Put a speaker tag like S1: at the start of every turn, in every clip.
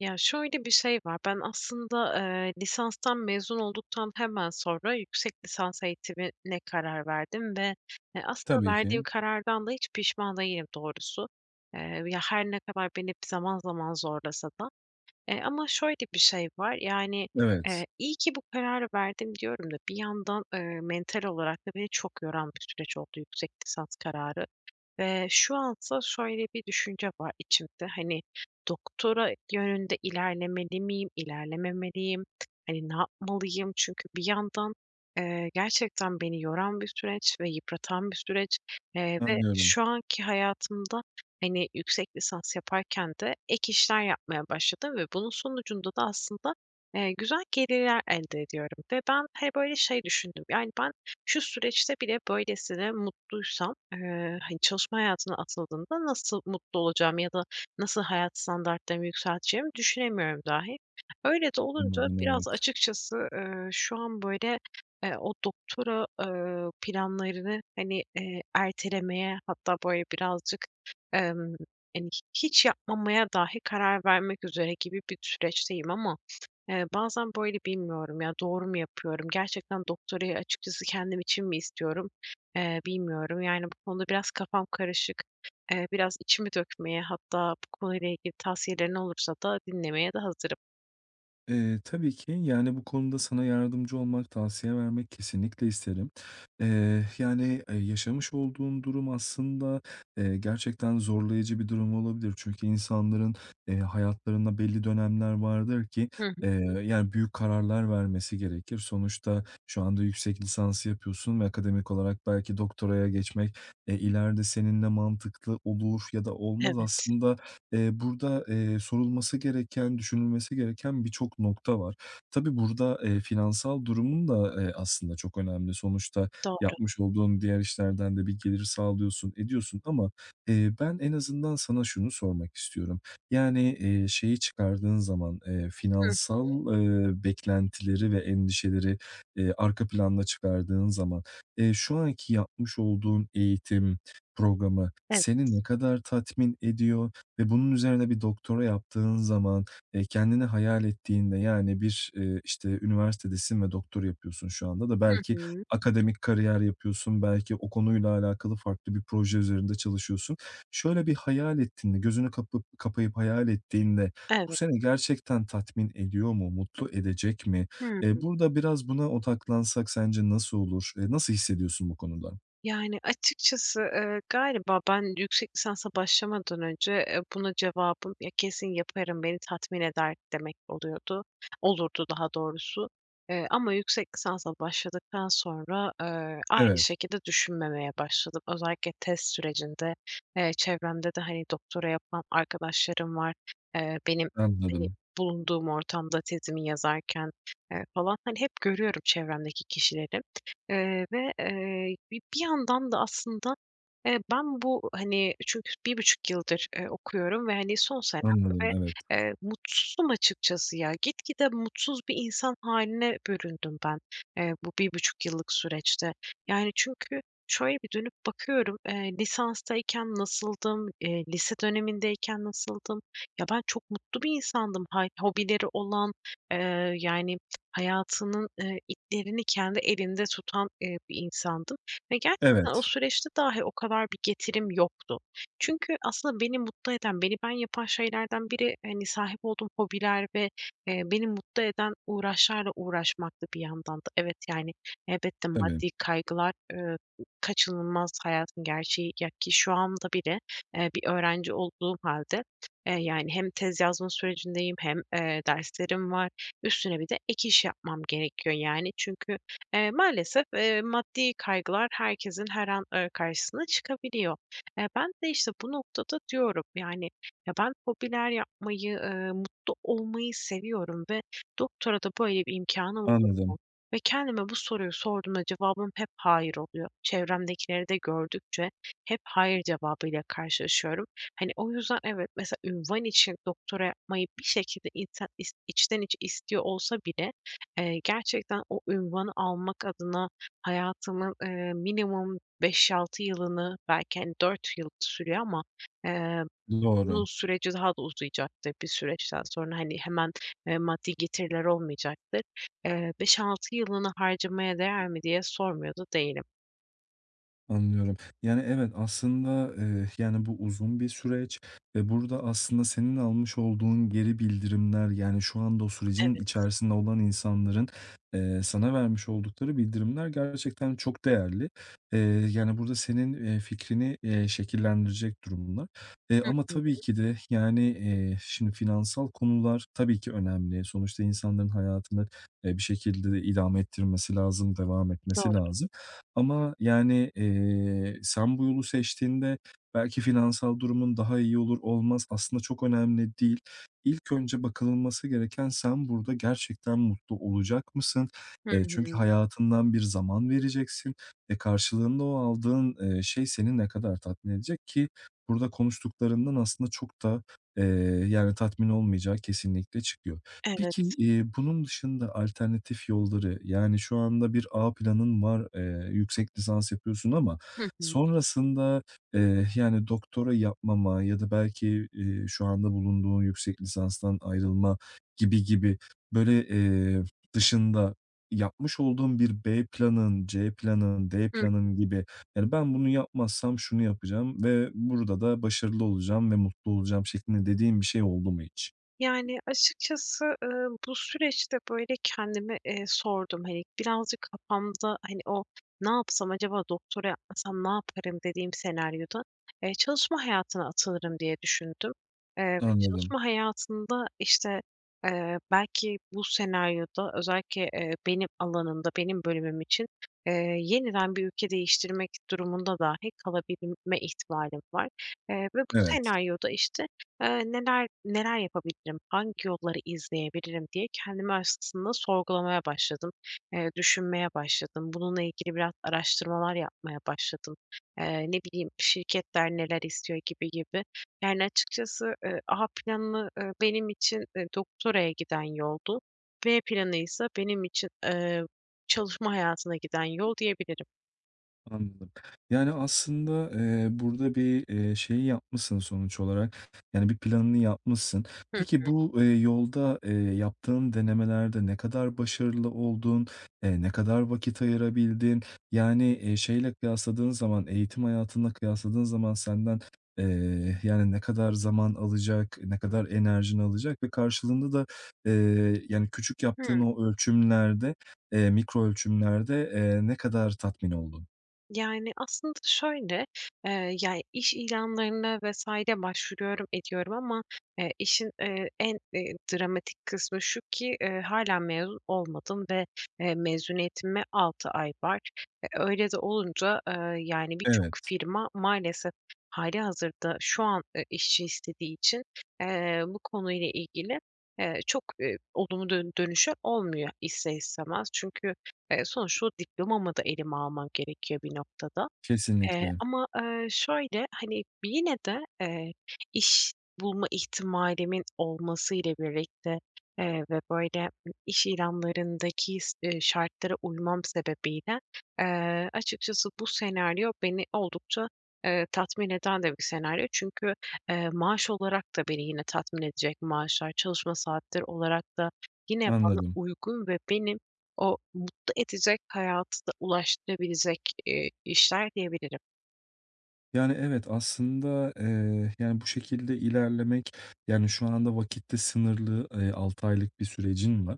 S1: Ya, şöyle bir şey var, ben aslında, lisanstan mezun olduktan hemen sonra yüksek lisans eğitimine karar verdim ve, aslında
S2: Tabii
S1: verdiğim
S2: ki.
S1: karardan da hiç pişman değilim doğrusu. Ya, her ne kadar beni zaman zaman zorlasa da, ama şöyle bir şey var, yani,
S2: Evet,
S1: iyi ki bu kararı verdim diyorum da bir yandan, mental olarak da beni çok yoran bir süreç oldu yüksek lisans kararı ve şu ansa şöyle bir düşünce var içimde, hani, doktora yönünde ilerlemeli miyim, ilerlememeliyim, hani, ne yapmalıyım? Çünkü bir yandan, gerçekten beni yoran bir süreç ve yıpratan bir süreç, ve
S2: anlıyorum.
S1: şu anki hayatımda. Hani, yüksek lisans yaparken de ek işler yapmaya başladım ve bunun sonucunda da aslında, güzel gelirler elde ediyorum ve ben, hani, böyle şey düşündüm, yani, ben şu süreçte bile böylesine mutluysam, hani, çalışma hayatına atıldığımda nasıl mutlu olacağım ya da nasıl hayat standartlarımı yükselteceğimi düşünemiyorum dahi. Öyle de olunca
S2: Anladım,
S1: biraz
S2: evet.
S1: açıkçası, şu an böyle, o doktora, planlarını, hani, ertelemeye hatta böyle birazcık, Emm, yani, hiç yapmamaya dahi karar vermek üzere gibi bir süreçteyim ama, bazen böyle bilmiyorum ya, doğru mu yapıyorum? Gerçekten doktorayı açıkçası kendim için mi istiyorum, bilmiyorum. Yani, bu konuda biraz kafam karışık. Biraz içimi dökmeye hatta bu konuyla ilgili tavsiyelerin olursa da dinlemeye de hazırım.
S2: Tabii ki, bu konuda sana yardımcı olmak, tavsiye vermek kesinlikle isterim. Yaşamış olduğun durum aslında, gerçekten zorlayıcı bir durum olabilir. Çünkü insanların hayatlarında belli dönemler vardır ki,
S1: Hı hı.
S2: eee, büyük kararlar vermesi gerekir. Sonuçta şu anda yüksek lisansı yapıyorsun ve akademik olarak belki doktoraya geçmek, ileride seninle mantıklı olur ya da olmaz.
S1: Evet.
S2: Aslında burada sorulması gereken, düşünülmesi gereken birçok nokta var. Tabii burada finansal durumun da, aslında çok önemli. Sonuçta
S1: Doğru.
S2: yapmış olduğun diğer işlerden de bir gelir sağlıyorsun, ediyorsun ama, ben en azından sana şunu sormak istiyorum. Yani, şeyi çıkardığın zaman,
S1: Hı.
S2: finansal, beklentileri ve endişeleri, arka planda çıkardığın zaman, şu anki yapmış olduğun eğitim programı
S1: Evet.
S2: seni ne kadar tatmin ediyor? Ve bunun üzerine bir doktora yaptığın zaman, kendini hayal ettiğinde, bir, işte, üniversitedesin ve doktor yapıyorsun şu anda da
S1: Hı
S2: belki
S1: hı.
S2: akademik kariyer yapıyorsun, belki o konuyla alakalı farklı bir proje üzerinde çalışıyorsun. Şöyle bir hayal ettiğinde, gözünü kapıp kapayıp hayal ettiğinde bu
S1: Evet.
S2: seni gerçekten tatmin ediyor mu, mutlu edecek mi?
S1: Hı.
S2: Burada biraz buna odaklansak sence nasıl olur? Nasıl hissediyorsun bu konuda?
S1: Yani, açıkçası, galiba ben yüksek lisansa başlamadan önce, buna cevabım, "Ya, kesin yaparım, beni tatmin eder." demek oluyordu. Olurdu daha doğrusu. Ama yüksek lisansa başladıktan sonra, aynı
S2: Evet,
S1: şekilde düşünmemeye başladım. Özellikle test sürecinde, çevremde de, hani, doktora yapan arkadaşlarım var. Benim, hani,
S2: anladım,
S1: bulunduğum ortamda tezimi yazarken, falan, hani, hep görüyorum çevremdeki kişileri. Ve, bir yandan da aslında, ben bu, hani, çünkü 1,5 yıldır, okuyorum ve, hani, son senem
S2: anladım.
S1: ve,
S2: Evet.
S1: mutsuzum açıkçası ya. Gitgide mutsuz bir insan haline büründüm ben, bu 1,5 yıllık süreçte. Yani, çünkü şöyle bir dönüp bakıyorum, lisanstayken nasıldım, lise dönemindeyken nasıldım? Ya, ben çok mutlu bir insandım. Hay hobileri olan, yani hayatının, iplerini kendi elinde tutan, bir insandım ve gerçekten o
S2: Evet,
S1: süreçte dahi o kadar bir getirim yoktu. Çünkü aslında beni mutlu eden, beni ben yapan şeylerden biri, hani, sahip olduğum hobiler ve, beni mutlu eden uğraşlarla uğraşmaktı bir yandan da. Evet, yani, elbette
S2: tabii.
S1: maddi kaygılar, kaçınılmaz hayatın gerçeği ya ki şu anda bile, bir öğrenci olduğum hâlde, yani, hem tez yazma sürecindeyim hem, derslerim var. Üstüne bir de ek iş yapmam gerekiyor yani. Çünkü, maalesef, maddi kaygılar herkesin her an, karşısına çıkabiliyor. Ben de, işte, bu noktada diyorum, yani, ya, ben hobiler yapmayı, mutlu olmayı seviyorum ve doktora da böyle bir imkânım olur
S2: Anladım.
S1: mu? Ve kendime bu soruyu sorduğumda cevabım hep hayır oluyor. Çevremdekileri de gördükçe hep hayır cevabıyla karşılaşıyorum. Hani, o yüzden evet, mesela ünvan için doktora yapmayı bir şekilde insan içten içe istiyor olsa bile, gerçekten o ünvanı almak adına hayatımın, minimum 5-6 yılını belki, hani, 4 yıl sürüyor ama, eee,
S2: Doğru,
S1: bunun süreci daha da uzayacaktır bir süreçten sonra. Hani, hemen, maddi getiriler olmayacaktır. 5-6 yılını harcamaya değer mi diye sormuyor da değilim.
S2: anlıyorum. Yani, evet, aslında, bu uzun bir süreç ve burada aslında senin almış olduğun geri bildirimler, yani, şu anda o sürecin
S1: Evet.
S2: içerisinde olan insanların, sana vermiş oldukları bildirimler gerçekten çok değerli. Eee, Burada senin, fikrini, şekillendirecek durumlar. Eee,
S1: Hı
S2: ama
S1: hı.
S2: tabii ki de, yani, eee, şimdi finansal konular tabii ki önemli. Sonuçta insanların hayatını, bir şekilde de idame ettirmesi lazım, devam etmesi
S1: Doğru.
S2: lazım. Ama, sen bu yolu seçtiğinde belki finansal durumun daha iyi olur olmaz aslında çok önemli değil. İlk önce bakılması gereken sen burada gerçekten mutlu olacak mısın?
S1: Hı
S2: Çünkü
S1: hı.
S2: hayatından bir zaman vereceksin. E, karşılığında o aldığın, şey seni ne kadar tatmin edecek ki burada konuştuklarından aslında çok da, eee, tatmin olmayacağı kesinlikle çıkıyor. Peki,
S1: Evet.
S2: eee, bunun dışında alternatif yolları, yani, şu anda bir A planın var, yüksek lisans yapıyorsun ama
S1: Hı.
S2: sonrasında, doktora yapmama ya da belki, şu anda bulunduğun yüksek lisanstan ayrılma gibi gibi, böyle, dışında yapmış olduğun bir B planın, C planın, D
S1: Hı.
S2: planın gibi, yani, "Ben bunu yapmazsam şunu yapacağım ve burada da başarılı olacağım ve mutlu olacağım." şeklinde dediğin bir şey oldu mu hiç?
S1: Yani, açıkçası, bu süreçte, böyle, kendime, sordum, hani, birazcık kafamda, hani, o "Ne yapsam acaba doktora yapmasam ne yaparım?" dediğim senaryoda, çalışma hayatına atılırım diye düşündüm. Ve
S2: Anladım.
S1: çalışma hayatında, işte, belki bu senaryoda özellikle, benim alanımda, benim bölümüm için, eee, yeniden bir ülke değiştirmek durumunda dahi kalabilme ihtimalim var. Ve bu
S2: Evet.
S1: senaryoda, işte, neler neler yapabilirim, hangi yolları izleyebilirim diye kendimi aslında sorgulamaya başladım, düşünmeye başladım. Bununla ilgili biraz araştırmalar yapmaya başladım. Ne bileyim, şirketler neler istiyor gibi gibi. Yani açıkçası, A planı, benim için, doktoraya giden yoldu. B planı ise benim için, çalışma hayatına giden yol diyebilirim.
S2: Anladım. Yani, aslında, burada bir, şeyi yapmışsın sonuç olarak, yani, bir planını yapmışsın. Peki bu yolda, yaptığın denemelerde ne kadar başarılı oldun? Ne kadar vakit ayırabildin? Yani, şeyle kıyasladığın zaman, eğitim hayatınla kıyasladığın zaman senden, ne kadar zaman alacak, ne kadar enerjini alacak ve karşılığında da, küçük
S1: Hı.
S2: yaptığın o ölçümlerde, mikro ölçümlerde, ne kadar tatmin oldun?
S1: Yani, aslında şöyle, yani, iş ilanlarına vesaire başvuruyorum, ediyorum ama, işin, en, dramatik kısmı şu ki, hâlâ mezun olmadım ve, mezuniyetime 6 ay var. Öyle de olunca, yani, birçok
S2: Evet,
S1: firma maalesef hali hazırda şu an, işçi istediği için, bu konuyla ilgili, çok, olumlu dönüşü olmuyor ister istemez. Çünkü, sonuçta o diplomamı da elime almam gerekiyor bir noktada. Eee,
S2: kesinlikle.
S1: ama, şöyle, hani, yine de, iş bulma ihtimalimin olmasıyla birlikte, ve böyle, iş ilanlarındaki s şartlara uymam sebebiyle, açıkçası bu senaryo beni oldukça, tatmin eden de bir senaryo. Çünkü, maaş olarak da beni yine tatmin edecek maaşlar, çalışma saatleri olarak da yine bana
S2: Anladım.
S1: uygun ve benim o mutlu edecek hayata da ulaştırabilecek, işler diyebilirim.
S2: Yani, evet, aslında, bu şekilde ilerlemek, yani, şu anda vakitte sınırlı, 6 aylık bir sürecin var.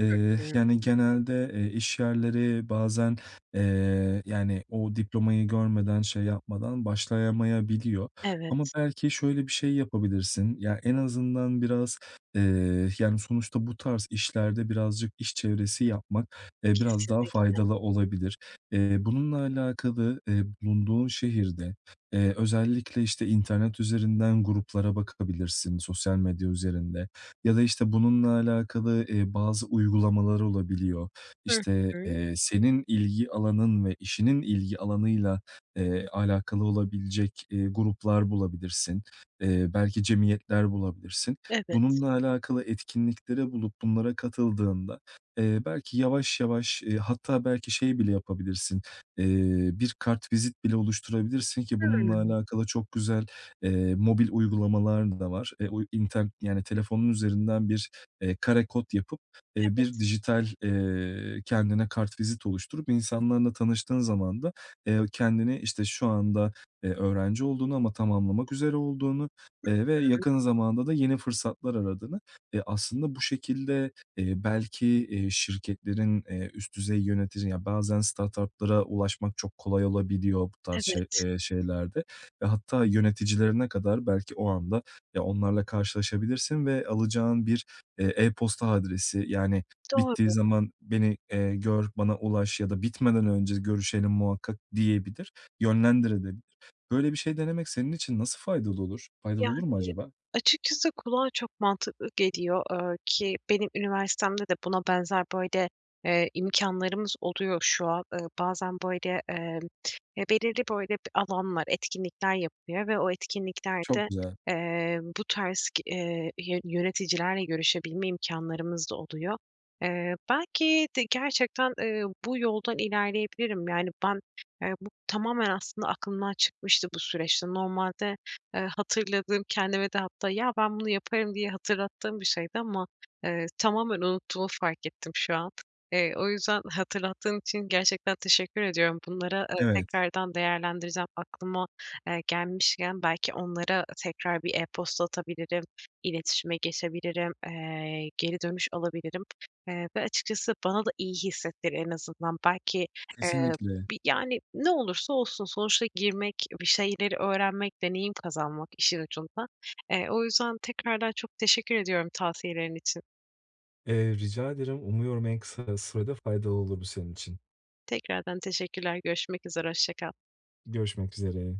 S2: Eee,
S1: Hı.
S2: yani, genelde, eee, iş yerleri bazen, o diplomayı görmeden, şey yapmadan başlayamayabiliyor. Ama
S1: Evet,
S2: belki şöyle bir şey yapabilirsin, yani en azından biraz, sonuçta bu tarz işlerde birazcık iş çevresi yapmak, biraz daha
S1: kesinlikle.
S2: faydalı olabilir. Bununla alakalı, bulunduğun şehirde özellikle, işte, internet üzerinden gruplara bakabilirsin, sosyal medya üzerinde ya da, işte, bununla alakalı, bazı uygulamalar olabiliyor.
S1: Hı
S2: İşte,
S1: hı.
S2: eee, senin ilgi alanın ve işinin ilgi alanıyla, alakalı olabilecek, gruplar bulabilirsin. Belki cemiyetler bulabilirsin.
S1: Evet.
S2: Bununla alakalı etkinliklere bulup bunlara katıldığında, belki yavaş yavaş, hatta belki şey bile yapabilirsin. Bir kartvizit bile oluşturabilirsin ki bununla
S1: Hımm.
S2: alakalı çok güzel, mobil uygulamalar da var. E, o internet yani telefonun üzerinden bir, kare kod yapıp, bir
S1: Evet,
S2: dijital, kendine kartvizit oluşturup insanlarla tanıştığın zaman da, kendini, işte, şu anda, öğrenci olduğunu ama tamamlamak üzere olduğunu, ve yakın zamanda da yeni fırsatlar aradığını, aslında bu şekilde, belki şirketlerin, üst düzey yönetici ya, bazen startup'lara ulaşmak çok kolay olabiliyor bu tarz
S1: evet.
S2: şeylerde ve hatta yöneticilerine kadar belki o anda, ya, onlarla karşılaşabilirsin ve alacağın bir, e-posta adresi, yani,
S1: Doğru.
S2: bittiği zaman beni, gör, bana ulaş ya da bitmeden önce görüşelim muhakkak diyebilir, yönlendirebilir. Böyle bir şey denemek senin için nasıl faydalı olur? Faydalı olur mu
S1: Yani,
S2: acaba?
S1: açıkçası kulağa çok mantıklı geliyor, ki benim üniversitemde de buna benzer, böyle, imkânlarımız oluyor şu an. Bazen, böyle, belirli, böyle, bir alanlar, etkinlikler yapılıyor ve o
S2: Çok
S1: etkinliklerde,
S2: güzel.
S1: bu tarz k yöneticilerle görüşebilme imkânlarımız da oluyor. Belki de gerçekten, bu yoldan ilerleyebilirim. Yani, ben, bu tamamen aslında aklımdan çıkmıştı bu süreçte. Normalde, hatırladığım, kendime de hatta "Ya, ben bunu yaparım." diye hatırlattığım bir şeydi ama, tamamen unuttuğumu fark ettim şu an. O yüzden hatırlattığın için gerçekten teşekkür ediyorum. Bunlara,
S2: Evet,
S1: tekrardan değerlendireceğim. Aklıma, gelmişken belki onlara tekrar bir e-posta atabilirim, iletişime geçebilirim, geri dönüş alabilirim, ve açıkçası bana da iyi hissettir en azından. Belki, eee
S2: kesinlikle.
S1: Bi yani, ne olursa olsun sonuçta girmek, bir şeyleri öğrenmek, deneyim kazanmak işin ucunda. O yüzden tekrardan çok teşekkür ediyorum tavsiyelerin için.
S2: Rica ederim. Umuyorum en kısa sürede faydalı olur bu senin için.
S1: Tekrardan teşekkürler. Görüşmek üzere, hoşça kal.
S2: Görüşmek üzere.